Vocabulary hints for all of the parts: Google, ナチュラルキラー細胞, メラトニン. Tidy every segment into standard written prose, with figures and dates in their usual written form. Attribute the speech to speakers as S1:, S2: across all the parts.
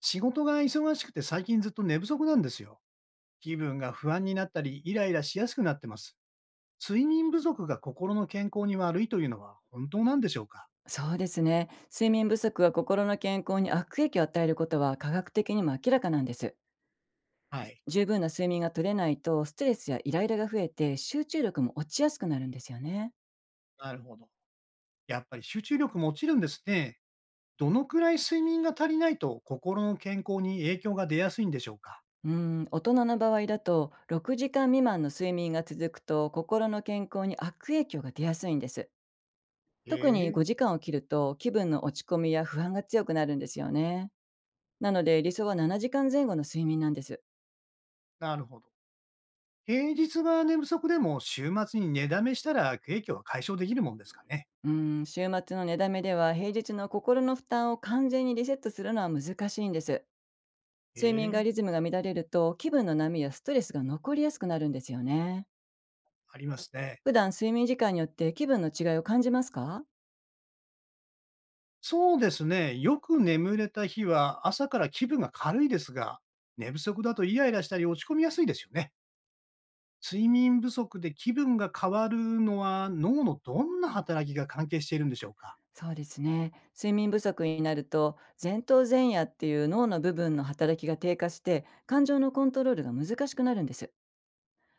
S1: 仕事が忙しくて最近ずっと寝不足なんですよ。気分が不安になったり、イライラしやすくなってます。睡眠不足が心の健康に悪いというのは本当なんでしょうか？
S2: そうですね。睡眠不足は心の健康に悪影響を与えることは科学的にも明らかなんです。
S1: はい。
S2: 十分な睡眠が取れないとストレスやイライラが増えて集中力も落ちやすくなるんですよね。
S1: なるほど。やっぱり集中力も落ちるんですね。どのくらい睡眠が足りないと心の健康に影響が出やすいんでしょうか？
S2: うん、大人の場合だと6時間未満の睡眠が続くと心の健康に悪影響が出やすいんです。
S1: へ
S2: 特に
S1: え、
S2: 5時間を切ると気分の落ち込みや不安が強くなるんですよね。なので理想は7時間前後の睡眠なんです。
S1: なるほど。平日は寝不足でも週末に寝だめしたら影響は解消できるもんですかね？
S2: 週末の寝だめでは平日の心の負担を完全にリセットするのは難しいんです。
S1: へ
S2: 睡眠が
S1: え、
S2: リズムが乱れると気分の波やストレスが残りやすくなるんですよね。
S1: ありますね。
S2: 普段睡眠時間によって気分の違いを感じますか？
S1: そうですね。よく眠れた日は朝から気分が軽いですが、寝不足だとイライラしたり落ち込みやすいですよね。睡眠不足で気分が変わるのは脳のどんな働きが関係しているんでしょうか？
S2: そうですね。睡眠不足になると前頭前野っていう脳の部分の働きが低下して感情のコントロールが難しくなるんです。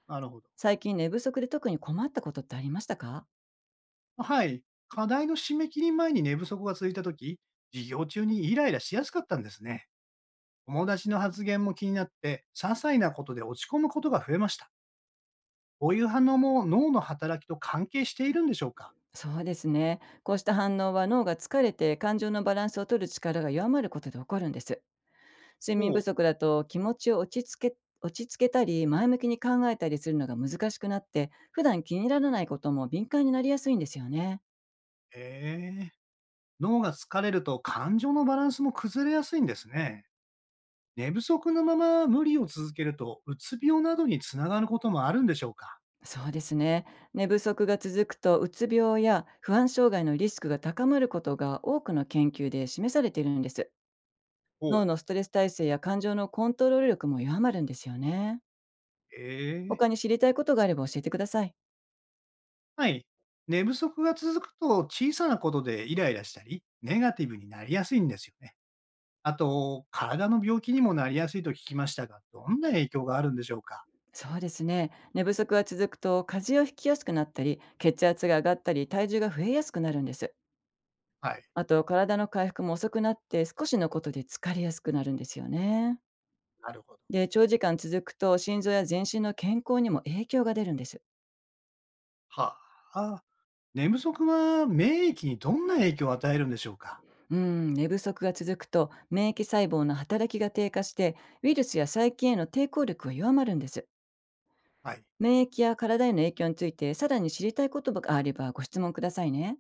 S1: なるほど。
S2: 最近寝不足で特に困ったことってありましたか？
S1: はい。課題の締め切り前に寝不足が続いたとき、授業中にイライラしやすかったんですね。友達の発言も気になって、些細なことで落ち込むことが増えました。こういう反応も脳の働きと関係しているんでしょうか？
S2: そうですね。こうした反応は脳が疲れて感情のバランスを取る力が弱まることで起こるんです。睡眠
S1: お
S2: 不
S1: う。
S2: 足だと気持ちを落ち着けたり前向きに考えたりするのが難しくなって、普段気にならないことも敏感になりやすいんですよね。
S1: へえ。脳が疲れると感情のバランスも崩れやすいんですね。寝不足のまま無理を続けると、うつ病などにつながることもあるんでしょうか？
S2: そうですね。寝不足が続くとうつ病や不安障害のリスクが高まることが多くの研究で示されているんです。脳
S1: ほう。
S2: のストレス耐性や感情のコントロール力も弱まるんですよね。
S1: ええ。
S2: 他に知りたいことがあれば教えてください。
S1: はい。寝不足が続くと小さなことでイライラしたり、ネガティブになりやすいんですよね。あと、体の病気にもなりやすいと聞きましたが、どんな影響があるんでしょうか？
S2: そうですね。寝不足が続くと風邪をひきやすくなったり、血圧が上がったり、体重が増えやすくなるんです。
S1: はい。
S2: あと、体の回復も遅くなって、少しのことで疲れやすくなるんですよね。
S1: なるほど。
S2: で、長時間続くと心臓や全身の健康にも影響が出るんです。
S1: はあ。寝不足は免疫にどんな影響を与えるんでしょうか？
S2: うん、寝不足が続くと免疫細胞の働きが低下して、ウイルスや細菌への抵抗力が弱まるんです。
S1: はい。
S2: 免疫や体への影響について、さらに知りたいことがあればご質問くださいね。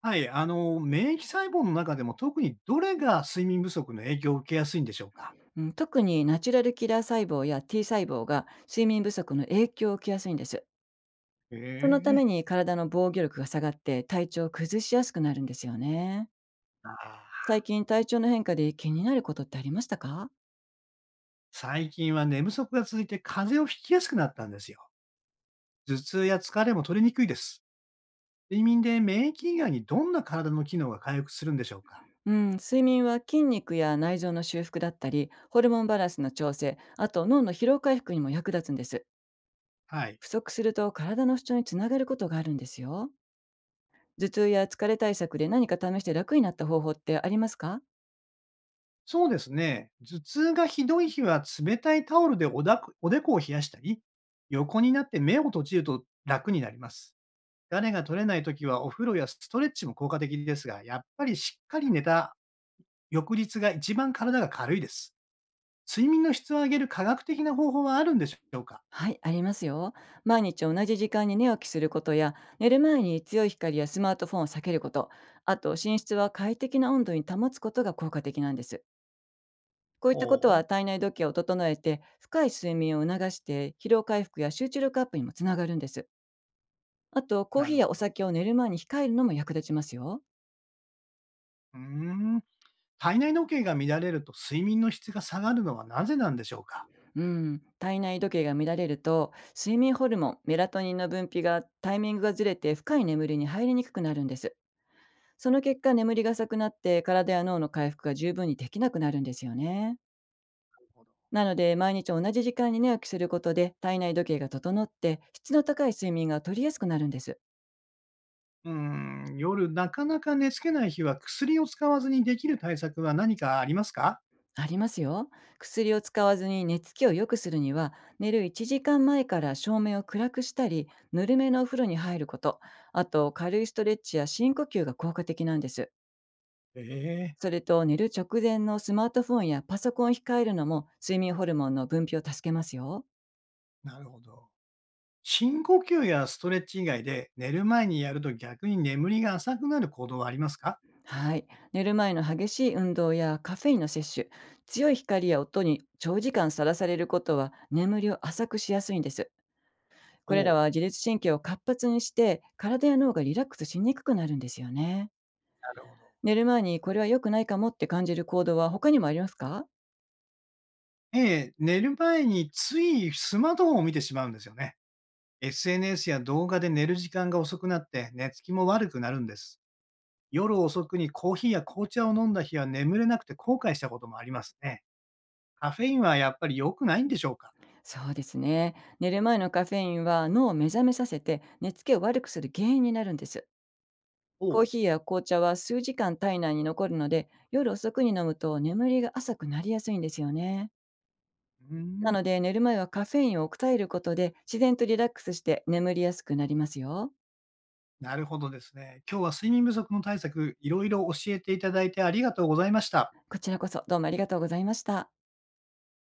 S1: はい、免疫細胞の中でも特にどれが睡眠不足の影響を受けやすいんでしょうか？
S2: うん、特にナチュラルキラー細胞や T 細胞が睡眠不足の影響を受けやすいんです。
S1: へ
S2: そのた
S1: え、
S2: めに体の防御力が下がって体調を崩しやすくなるんですよね。
S1: ああ。
S2: 最近体調の変化で気になることってありましたか？
S1: 最近は寝不足が続いて風邪をひきやすくなったんですよ。頭痛や疲れも取れにくいです。睡眠で免疫以外にどんな体の機能が回復するんでしょうか？
S2: うん、睡眠は筋肉や内臓の修復だったり、ホルモンバランスの調整、あと脳の疲労回復にも役立つんです。
S1: はい。
S2: 不足すると体の不調につながることがあるんですよ。頭痛や疲れ対策で何か試して楽になった方法ってありますか？
S1: そうですね。頭痛がひどい日は冷たいタオルでおだくおでこを冷やしたり、横になって目を閉じると楽になります。疲れが取れないときはお風呂やストレッチも効果的ですが、やっぱりしっかり寝た翌日が一番体が軽いです。睡眠の質を上げる科学的な方法はあるんでしょうか？
S2: はい、ありますよ。毎日同じ時間に寝起きすることや、寝る前に強い光やスマートフォンを避けること、あと寝室は快適な温度に保つことが効果的なんです。こうい
S1: お
S2: ったことは
S1: お、
S2: 体内時計を整えて、深い睡眠を促して、疲労回復や集中力アップにもつながるんです。あと、コー
S1: な
S2: ヒー
S1: る
S2: や
S1: ほ
S2: お
S1: ど。
S2: 酒を寝る前に控えるのも役立ちますよ。
S1: うーん。体内時計が乱れると睡眠の質が下がるのはなぜなんでしょうか？
S2: うん、体内時計が乱れると睡眠ホルモンメラトニンの分泌がタイミングがずれて深い眠りに入りにくくなるんです。その結果、眠りが浅くなって体や脳の回復が十分にできなくなるんですよね。
S1: なるほど。
S2: なので毎日同じ時間に寝起きすることで体内時計が整って質の高い睡眠が取りやすくなるんです。
S1: うーん、夜なかなか寝つけない日は薬を使わずにできる対策は何かありますか？
S2: ありますよ。薬を使わずに寝つきを良くするには、寝る1時間前から照明を暗くしたり、ぬるめのお風呂に入ること、あと軽いストレッチや深呼吸が効果的なんです。
S1: ええ、
S2: それと寝る直前のスマートフォンやパソコンを控えるのも睡眠ホルモンの分泌を助けますよ。
S1: なるほど。深呼吸やストレッチ以外で、寝る前にやると逆に眠りが浅くなる行動はありますか？
S2: はい。寝る前の激しい運動やカフェインの摂取、強い光や音に長時間さらされることは眠りを浅くしやすいんです。
S1: お
S2: これ
S1: お
S2: ら
S1: う、
S2: は自律神経を活発にして、体や脳がリラックスしにくくなるんですよね。
S1: なるほど。
S2: 寝る前にこれは良くないかもって感じる行動は他にもありますか？
S1: ええ、寝る前についスマートフォンを見てしまうんですよね。SNS や動画で寝る時間が遅くなって寝つきも悪くなるんです。夜遅くにコーヒーや紅茶を飲んだ日は眠れなくて後悔したこともありますね。カフェインはやっぱり良くないんでしょうか？
S2: そうですね。寝る前のカフェインは脳を目覚めさせて寝つきを悪くする原因になるんです。
S1: お
S2: コー
S1: う。
S2: ヒーや紅茶は数時間体内に残るので、夜遅くに飲むと眠りが浅くなりやすいんですよね。
S1: うー
S2: な
S1: ん、
S2: ので寝る前はカフェインを抑えることで自然とリラックスして眠りやすくなりますよ。
S1: なるほどですね。今日は睡眠不足の対策、いろいろ教えていただいてありがとうございました。
S2: こちらこそどうもありがとうございました。